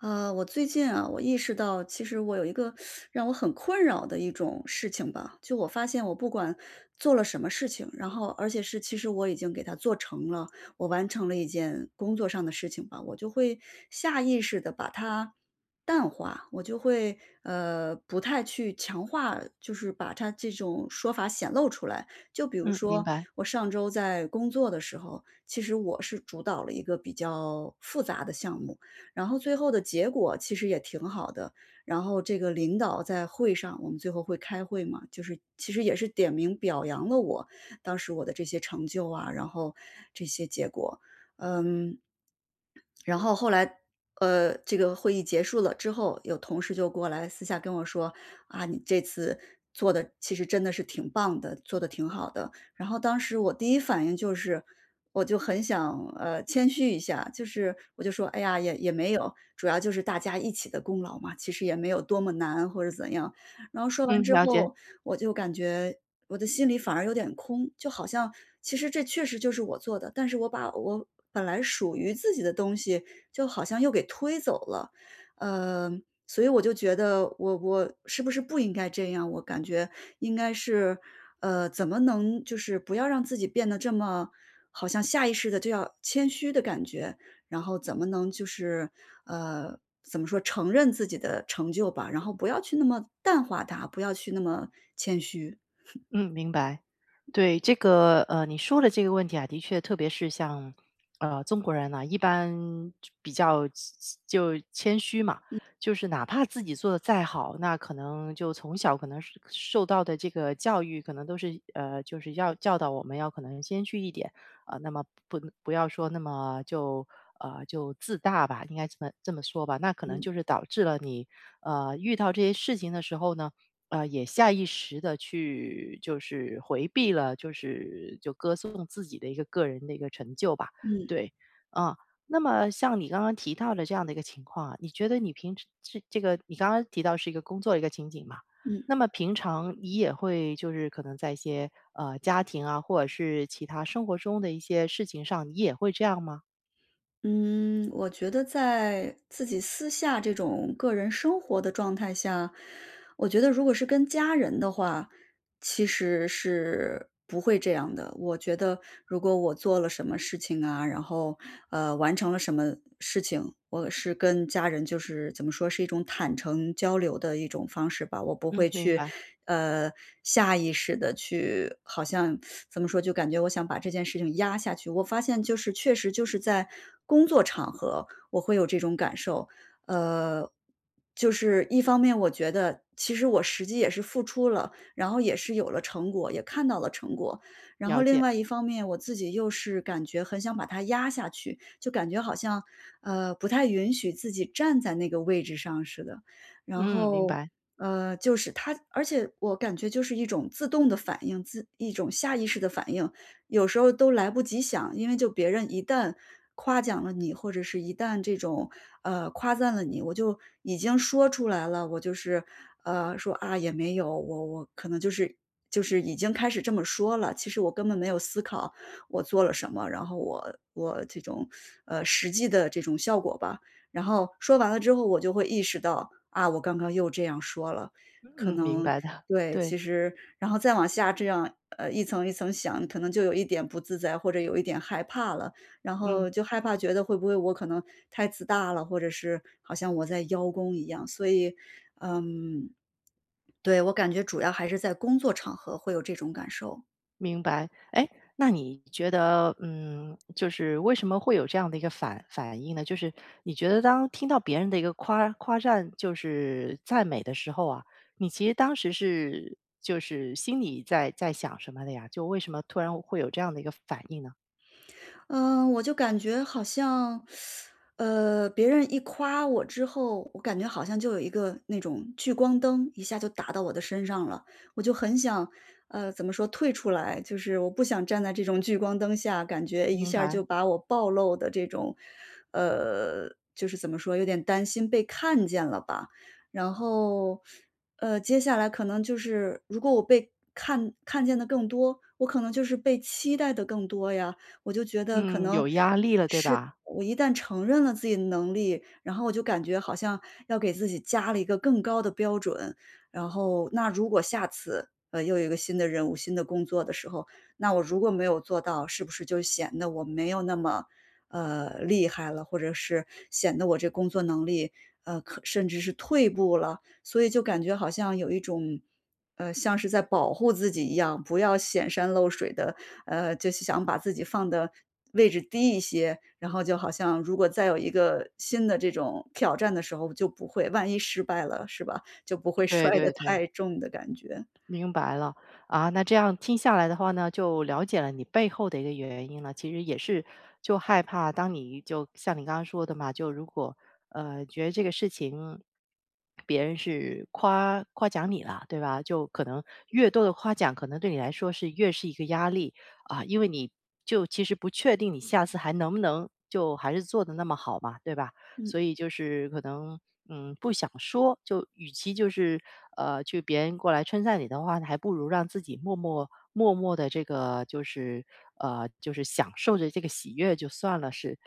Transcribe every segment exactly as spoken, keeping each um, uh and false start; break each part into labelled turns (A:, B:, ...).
A: 呃，我最近啊，我意识到，其实我有一个让我很困扰的一种事情吧，就我发现我不管做了什么事情，然后而且是其实我已经给它做成了，我完成了一件工作上的事情吧，我就会下意识的把它淡化，我就会呃不太去强化，就是把它这种说法显露出来。就比如
B: 嗯，明
A: 说
B: 白。
A: 我上周在工作的时候，其实我是主导了一个比较复杂的项目。然后最后的结果其实也挺好的。然后这个领导在会上，我们最后会开会嘛，就是其实也是点名表扬了我，当时我的这些成就啊，然后这些结果。嗯，然后后来，呃，这个会议结束了之后，有同事就过来私下跟我说："啊，你这次做的其实真的是挺棒的，做的挺好的。"然后当时我第一反应就是，我就很想，呃，谦虚一下，就是我就说："哎呀，也也没有，主要就是大家一起的功劳嘛，其实也没有多么难或者怎样。"然后说完
B: 嗯，
A: 之
B: 了解。
A: 后，我就感觉我的心里反而有点空，就好像其实这确实就是我做的，但是我把我本来属于自己的东西，就好像又给推走了。呃，所以我就觉得我我是不是不应该这样？我感觉应该是，呃，怎么能就是不要让自己变得这么好像下意识的就要谦虚的感觉，然后怎么能就是呃，怎么说，承认自己的成就吧，然后不要去那么淡化它，不要去那么谦虚。
B: 嗯，明白。对，这个呃，你说的这个问题啊，的确，特别是像呃中国人呢、一般比较就谦虚嘛，就是哪怕自己做的再好，那可能就从小可能是受到的这个教育，可能都是呃，就是要教导我们要可能谦虚一点啊、呃那么不不要说那么就。呃，就自大吧，应该这么这么说吧。那可能
A: 嗯
B: 就是导致了你，呃，遇到这些事情的时候呢，呃，也下意识的去就是回避了，就是就歌颂自己的一个个人的一个成就吧，
A: 嗯
B: 对。啊，那么像你刚刚提到的这样的一个情况啊，你觉得你平时是这个你刚刚提到是一个工作的一个情景嘛，
A: 嗯
B: 那么平常你也会就是可能在一些，呃，家庭啊，或者是其他生活中的一些事情上，你也会这样吗？
A: 嗯，我觉得在自己私下这种个人生活的状态下我觉得如果是跟家人的话，其实是不会这样的。我觉得如果我做了什么事情啊，然后，呃，完成了什么事情，我是跟家人就是怎么说，是一种坦诚交流的一种方式吧。我不
B: 嗯，
A: 会
B: 明
A: 去，
B: 白。
A: 呃，下意识的去好像怎么说，就感觉我想把这件事情压下去。我发现就是确实就是在工作场合，我会有这种感受。呃，就是一方面我觉得其实我实际也是付出了，然后也是有了成果，也看到了成果。然后
B: 了解
A: 另外
B: 了。
A: 一方面，我自己又是感觉很想把它压下去，就感觉好像，呃，不太允许自己站在那个位置上似的。然
B: 嗯，明
A: 后，
B: 白。
A: 呃，就是它而且我感觉就是一种自动的反应，自一种下意识的反应，有时候都来不及想，因为就别人一旦夸奖了你，或者是一旦这种，呃，夸赞了你，我就已经说出来了，我就是，呃，说："啊，也没有，我我可能就是就是已经开始这么说了，其实我根本没有思考我做了什么，然后我我这种，呃，实际的这种效果吧。"然后说完了之后，我就会意识到，啊，我刚刚又这样说了，可
B: 嗯，明
A: 能
B: 白的。
A: 对，
B: 对。
A: 其实然后再往下这样，呃，一层一层想，可能就有一点不自在，或者有一点害怕了。然后
B: 嗯。
A: 就害怕觉得会不会我可能太自大了，或者是好像我在邀功一样。所以，嗯，对，我感觉主要还是在工作场合会有这种感受。
B: 明白，哎，那你觉得，嗯，就是为什么会有这样的一个反反应呢？就是你觉得当听到别人的一个夸夸赞，就是赞美的时候啊，你其实当时是就是心里在在想什么的呀？就为什么突然会有这样的一个反应呢？
A: 嗯，我就感觉好像，呃，别人一夸我之后，我感觉好像就有一个那种聚光灯一下就打到我的身上了，我就很想，呃，怎么说，退出来，就是我不想站在这种聚光灯下，感觉一
B: 明
A: 下
B: 白。
A: 就把我暴露的这种，呃，就是怎么说，有点担心被看见了吧。然后，呃，接下来可能就是，如果我被看看见的更多，我可能就是被期待的更多呀。我就觉得可
B: 嗯，
A: 能
B: 有压力了，对吧？
A: 我一旦承认了自己的能力，然后我就感觉好像要给自己加了一个更高的标准。然后那如果下次，呃，又有一个新的任务、新的工作的时候，那我如果没有做到，是不是就显得我没有那么，呃，厉害了，或者是显得我这工作能力，呃，可甚至是退步了？所以就感觉好像有一种呃，像是在保护自己一样，不要显山露水的，呃，就是想把自己放的位置低一些，然后就好像如果再有一个新的这种挑战的时候就不会万一失败了，是吧？就不会
B: 对
A: 摔得
B: 对对。
A: 太重的感觉。
B: 明白了。啊，那这样听下来的话呢，就了解了你背后的一个原因了。其实也是就害怕，当你就像你刚刚说的嘛，就如果呃觉得这个事情别人是夸夸奖你了，对吧？就可能越多的夸奖，可能对你来说是越是一个压力啊，因为你就其实不确定你下次还能不能就还是做的那么好嘛，对吧？
A: 嗯，
B: 所以就是可能嗯不想说，就与其就是呃去别人过来称赞你的话，还不如让自己默默默默的这个就是呃就是享受着这个喜悦就算了，是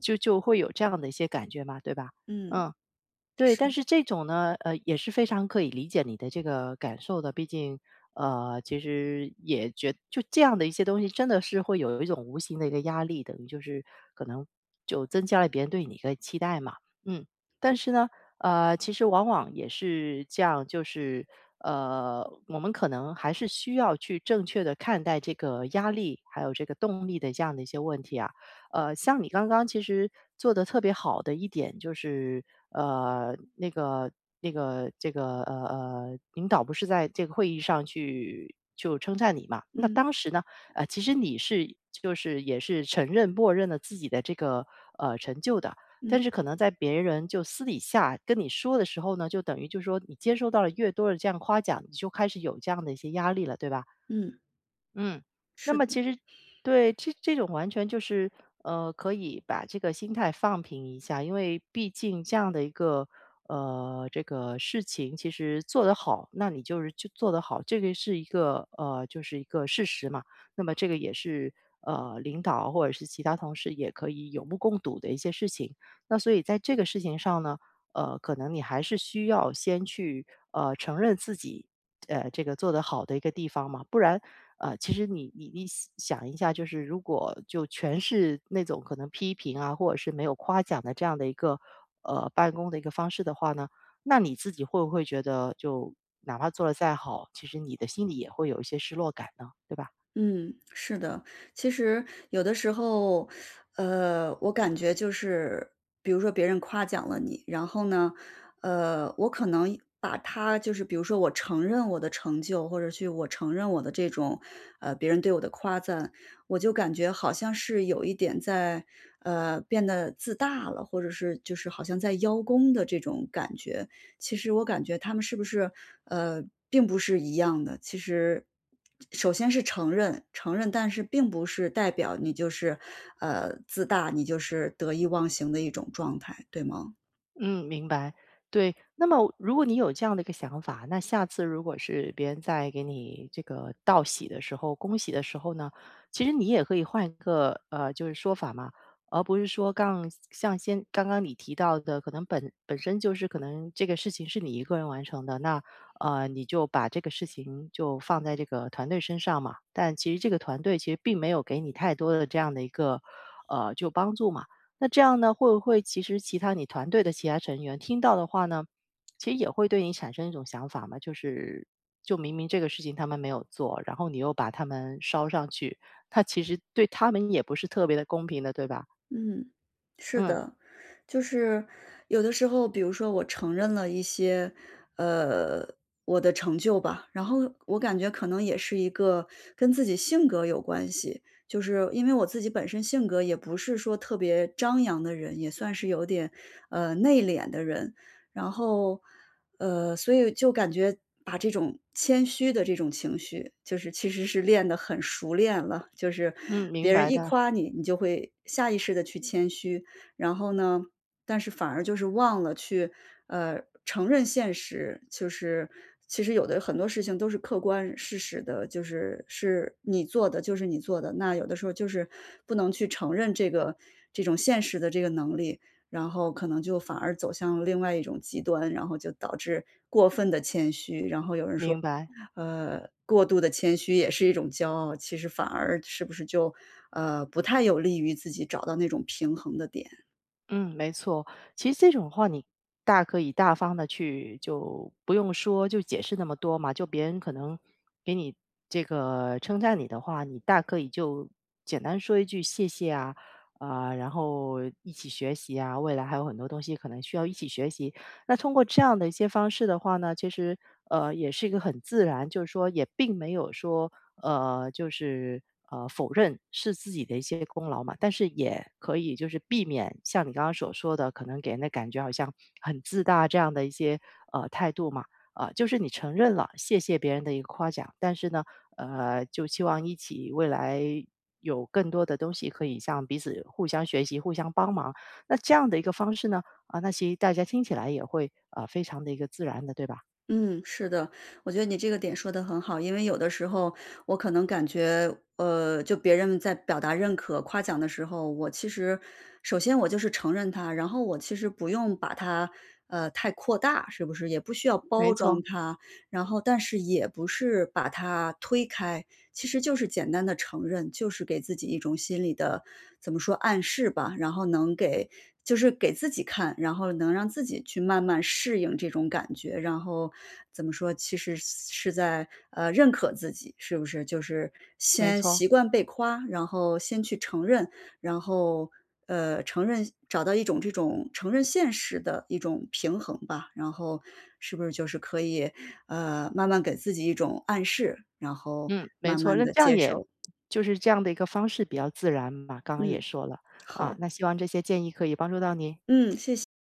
B: 就就会有这样的一些感觉嘛，对吧？
A: 嗯，
B: 嗯。对，但是这种呢，呃，也是非常可以理解你的这个感受的。毕竟，呃，其实也觉就这样的一些东西，真的是会有一种无形的一个压力，等于就是可能就增加了别人对你的期待嘛。嗯，但是呢，呃，其实往往也是这样，就是呃，我们可能还是需要去正确的看待这个压力，还有这个动力的这样的一些问题啊。呃，像你刚刚其实做的特别好的一点就是，呃，那个那个这个呃呃，领导不是在这个会议上去就称赞你嘛？那
A: 嗯，
B: 当时呢，呃，其实你是就是也是承认默认了自己的这个呃成就的。但
A: 嗯，
B: 是可能在别人就私底下跟你说的时候呢，就等于就是说你接收到了越多的这样夸奖，你就开始有这样的一些压力了，对吧？
A: 嗯，
B: 嗯，那
A: 是
B: 么
A: 的。
B: 其实对，这这种完全就是，呃，可以把这个心态放平一下，因为毕竟这样的一个，呃，这个事情其实做得好，那你就是就做得好，这个是一个，呃，就是一个事实嘛。那么这个也是，呃，领导或者是其他同事也可以有目共睹的一些事情。那所以在这个事情上呢，呃，可能你还是需要先去，呃，承认自己。呃，这个做得好的一个地方嘛，不然呃，其实你你你想一下，就是如果就全是那种可能批评啊，或者是没有夸奖的这样的一个呃办公的一个方式的话呢，那你自己会不会觉得就哪怕做得再好，其实你的心里也会有一些失落感呢？对吧？
A: 嗯，是的，其实有的时候，呃，我感觉就是，比如说别人夸奖了你，然后呢，呃，我可能把他就是比如说我承认我的成就，或者去我承认我的这种，呃，别人对我的夸赞，我就感觉好像是有一点在，呃，变得自大了，或者是就是好像在邀功的这种感觉。其实我感觉他们是不是，呃，并不是一样的。其实首先是承认，承认，但是并不是代表你就是，呃，自大，你就是得意忘形的一种状态，对吗？
B: 嗯，明白。对，那么如果你有这样的一个想法，那下次如果是别人在给你这个道喜的时候、恭喜的时候呢，其实你也可以换一个呃，就是说法嘛，而不是说刚像先刚刚你提到的，可能本本身就是可能这个事情是你一个人完成的，那呃你就把这个事情就放在这个团队身上嘛，但其实这个团队其实并没有给你太多的这样的一个呃就帮助嘛。那这样呢，会不会其实其他你团队的其他成员听到的话呢，其实也会对你产生一种想法嘛，就是就明明这个事情他们没有做，然后你又把他们捎上去，那其实对他们也不是特别的公平的，对吧？
A: 嗯，是
B: 嗯
A: 的，就是有的时候，比如说我承认了一些，呃，我的成就吧，然后我感觉可能也是一个跟自己性格有关系，就是因为我自己本身性格也不是说特别张扬的人，也算是有点呃内敛的人，然后。呃，所以就感觉把这种谦虚的这种情绪，就是其实是练得很熟练了，就是
B: 嗯，明
A: 别
B: 白
A: 人一
B: 的。
A: 夸你，你就会下意识地去谦虚，然后呢，但是反而就是忘了去，呃，承认现实，就是其实有的很多事情都是客观事实的，就是是你做的就是你做的，那有的时候就是不能去承认这个这种现实的这个能力，然后可能就反而走向另外一种极端，然后就导致过分的谦虚。然后有人说，
B: 明白。
A: 呃，过度的谦虚也是一种骄傲，其实反而是不是就，呃，不太有利于自己找到那种平衡的点。
B: 嗯，没错。其实这种话，你大可以大方的去，就不用说，就解释那么多嘛。就别人可能给你这个称赞你的话，你大可以就简单说一句谢谢啊，啊、然后一起学习啊，未来还有很多东西可能需要一起学习。那通过这样的一些方式的话呢，其实呃也是一个很自然，就是说也并没有说呃，就是呃否认是自己的一些功劳嘛，但是也可以就是避免像你刚刚所说的，可能给人的感觉好像很自大这样的一些呃态度嘛。啊、就是你承认了，谢谢别人的一个夸奖，但是呢，呃，就期望一起未来有更多的东西可以向彼此互相学习、互相帮忙。那这样的一个方式呢，啊，那其实大家听起来也会啊、呃非常的一个自然的，对吧？
A: 嗯，是的，我觉得你这个点说的很好，因为有的时候我可能感觉，呃，就别人在表达认可、夸奖的时候，我其实首先我就是承认它，然后我其实不用把它，呃，太扩大，是不是？也不需要
B: 没
A: 包
B: 错，
A: 装它，然后但是也不是把它推开，其实就是简单的承认，就是给自己一种心理的怎么说暗示吧，然后能给就是给自己看，然后能让自己去慢慢适应这种感觉，然后怎么说，其实是在呃认可自己，是不是？就是
B: 没
A: 先
B: 错。
A: 习惯被夸，然后先去承认，然后呃，承认找到一种这种承认现实的一种平衡吧，然后是不是就是可以，呃，慢慢给自己一种暗示，然后
B: 嗯，没
A: 慢
B: 错，
A: 慢
B: 那
A: 的
B: 这样
A: 接
B: 也
A: 受。
B: 就是这样的一个方式比较自然嘛，刚刚
A: 嗯，
B: 也说了，啊，
A: 好
B: 那
A: 的，
B: 希望这些建议可以帮助到您。
A: 嗯，谢谢。